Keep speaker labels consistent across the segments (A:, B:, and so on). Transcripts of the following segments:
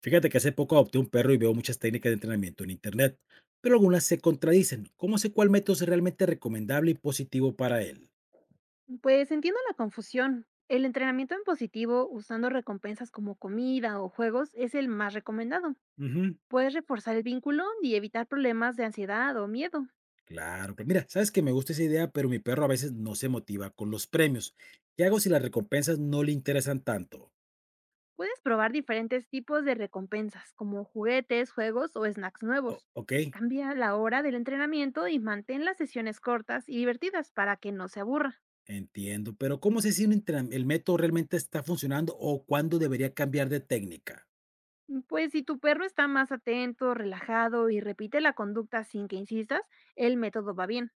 A: Fíjate que hace poco adopté un perro y veo muchas técnicas de entrenamiento en internet, pero algunas se contradicen. ¿Cómo sé cuál método es realmente recomendable y positivo para él?
B: Pues entiendo la confusión. El entrenamiento en positivo usando recompensas como comida o juegos es el más recomendado.
A: Ujú.
B: Puedes reforzar el vínculo y evitar problemas de ansiedad o miedo.
A: Claro, pero mira, sabes que me gusta esa idea, pero mi perro a veces no se motiva con los premios. ¿Qué hago si las recompensas no le interesan tanto?
B: Puedes probar diferentes tipos de recompensas como juguetes, juegos o snacks nuevos.
A: Ok,
B: Cambia la hora del entrenamiento y mantén las sesiones cortas y divertidas para que no se aburra.
A: entiendo, pero ¿cómo sé si el método realmente está funcionando o cuándo debería cambiar de técnica?
B: Pues si tu perro está más atento, relajado y repite la conducta sin que insistas, el método va bien.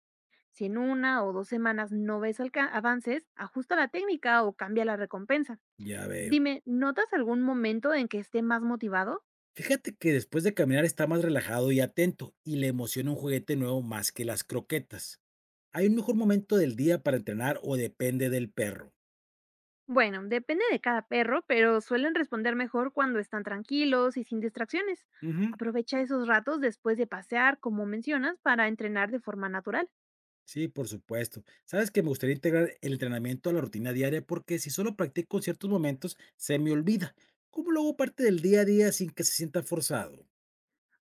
B: Si en una o dos semanas no ves avances, ajusta la técnica o cambia la recompensa.
A: Ya veo.
B: Dime, ¿notas algún momento en que esté más motivado?
A: Fíjate que después de caminar está más relajado y atento y le emociona un juguete nuevo más que las croquetas. ¿Hay un mejor momento del día para entrenar o depende del perro?
B: Bueno, depende de cada perro, pero suelen responder mejor cuando están tranquilos y sin distracciones.
A: Ujú.
B: Aprovecha esos ratos después de pasear, como mencionas, para entrenar de forma natural.
A: Sí, por supuesto. Sabes que me gustaría integrar el entrenamiento a la rutina diaria porque si solo practico en ciertos momentos, se me olvida. ¿Cómo lo hago parte del día a día sin que se sienta forzado?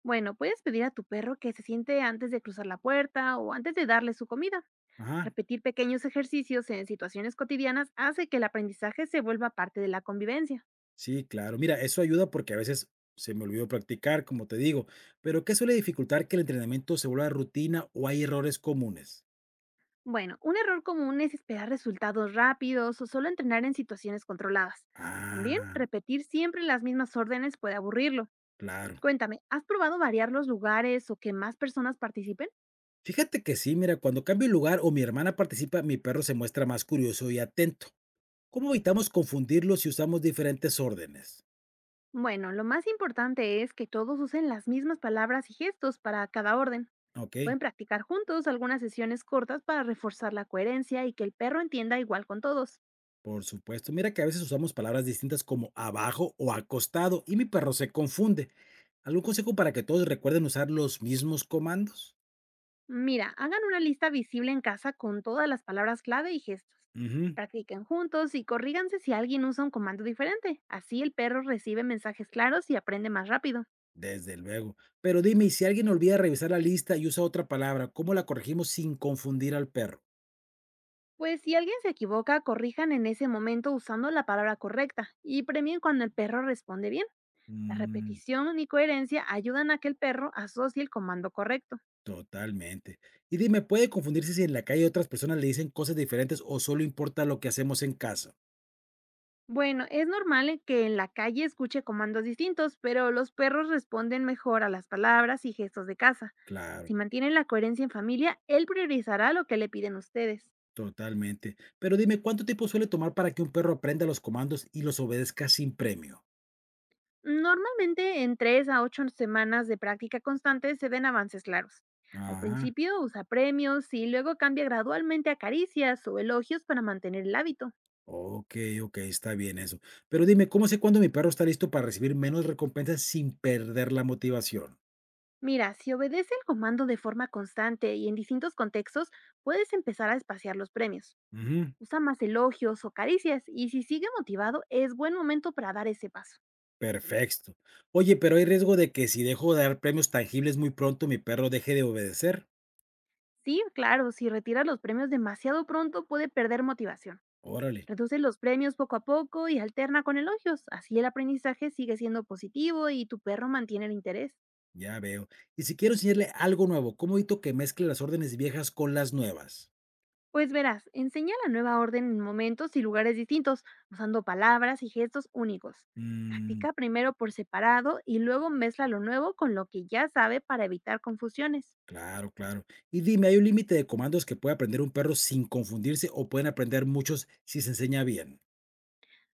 B: Bueno, puedes pedir a tu perro que se siente antes de cruzar la puerta o antes de darle su comida.
A: Ajá,
B: Repetir pequeños ejercicios en situaciones cotidianas hace que el aprendizaje se vuelva parte de la convivencia.
A: sí, claro. Mira, eso ayuda porque a veces se me olvidó practicar, como te digo. Pero ¿qué suele dificultar que el entrenamiento se vuelva rutina o hay errores comunes?
B: Bueno, un error común es esperar resultados rápidos o solo entrenar en situaciones controladas. También
A: Ah,
B: repetir siempre las mismas órdenes puede aburrirlo.
A: claro.
B: Cuéntame, ¿has probado variar los lugares o que más personas participen?
A: Fíjate que sí, mira, cuando cambio el lugar o mi hermana participa, mi perro se muestra más curioso y atento. ¿Cómo evitamos confundirlo si usamos diferentes órdenes?
B: Bueno, lo más importante es que todos usen las mismas palabras y gestos para cada orden.
A: Ok,
B: Pueden practicar juntos algunas sesiones cortas para reforzar la coherencia y que el perro entienda igual con todos.
A: por supuesto. Mira que a veces usamos palabras distintas como abajo o acostado y mi perro se confunde. ¿Algún consejo para que todos recuerden usar los mismos comandos?
B: Mira, hagan una lista visible en casa con todas las palabras clave y gestos.
A: Ujú,
B: Practiquen juntos y corríganse si alguien usa un comando diferente. Así el perro recibe mensajes claros y aprende más rápido.
A: desde luego. Pero dime, ¿y si alguien olvida revisar la lista y usa otra palabra, ¿cómo la corregimos sin confundir al perro?
B: Pues si alguien se equivoca, corrijan en ese momento usando la palabra correcta y premien cuando el perro responde bien. La
A: Mm.
B: repetición y coherencia ayudan a que el perro asocie el comando correcto.
A: Totalmente. Y dime, ¿puede confundirse si en la calle otras personas le dicen cosas diferentes o solo importa lo que hacemos en casa?
B: Bueno, es normal en que en la calle escuche comandos distintos, pero los perros responden mejor a las palabras y gestos de casa.
A: Claro,
B: Si mantienen la coherencia en familia, él priorizará lo que le piden ustedes.
A: totalmente. Pero dime, ¿cuánto tiempo suele tomar para que un perro aprenda los comandos y los obedezca sin premio?
B: Normalmente, en 3 a 8 semanas de práctica constante se ven avances claros. Al
A: Ajá.
B: principio usa premios y luego cambia gradualmente a caricias o elogios para mantener el hábito.
A: Ok, ok, está bien eso. Pero dime, ¿cómo sé cuándo mi perro está listo para recibir menos recompensas sin perder la motivación?
B: Mira, si obedece el comando de forma constante y en distintos contextos, puedes empezar a espaciar los premios.
A: Ujú.
B: Usa más elogios o caricias y si sigue motivado es buen momento para dar ese paso.
A: Perfecto. Oye, pero hay riesgo de que si dejo de dar premios tangibles muy pronto, mi perro deje de obedecer.
B: Sí, claro, si retiras los premios demasiado pronto puede perder motivación.
A: Órale.
B: Reduce los premios poco a poco y alterna con elogios, así el aprendizaje sigue siendo positivo y tu perro mantiene el interés.
A: Ya veo. Y si quiero enseñarle algo nuevo, ¿cómo evito que mezcle las órdenes viejas con las nuevas?
B: Pues verás, enseña la nueva orden en momentos y lugares distintos, usando palabras y gestos únicos.
A: Mm.
B: Practica primero por separado y luego mezcla lo nuevo con lo que ya sabe para evitar confusiones.
A: Claro, claro. Y dime, ¿hay un límite de comandos que puede aprender un perro sin confundirse o pueden aprender muchos si se enseña bien?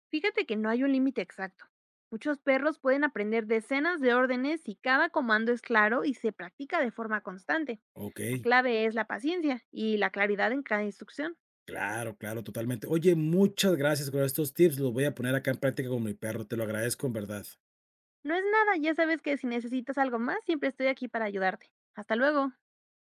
B: Fíjate que no hay un límite exacto. Muchos perros pueden aprender decenas de órdenes si cada comando es claro y se practica de forma constante.
A: Ok,
B: La clave es la paciencia y la claridad en cada instrucción.
A: claro, claro, totalmente. Oye, muchas gracias por estos tips. Los voy a poner acá en práctica con mi perro. Te lo agradezco en verdad.
B: No es nada, ya sabes que si necesitas algo más, siempre estoy aquí para ayudarte. Hasta luego.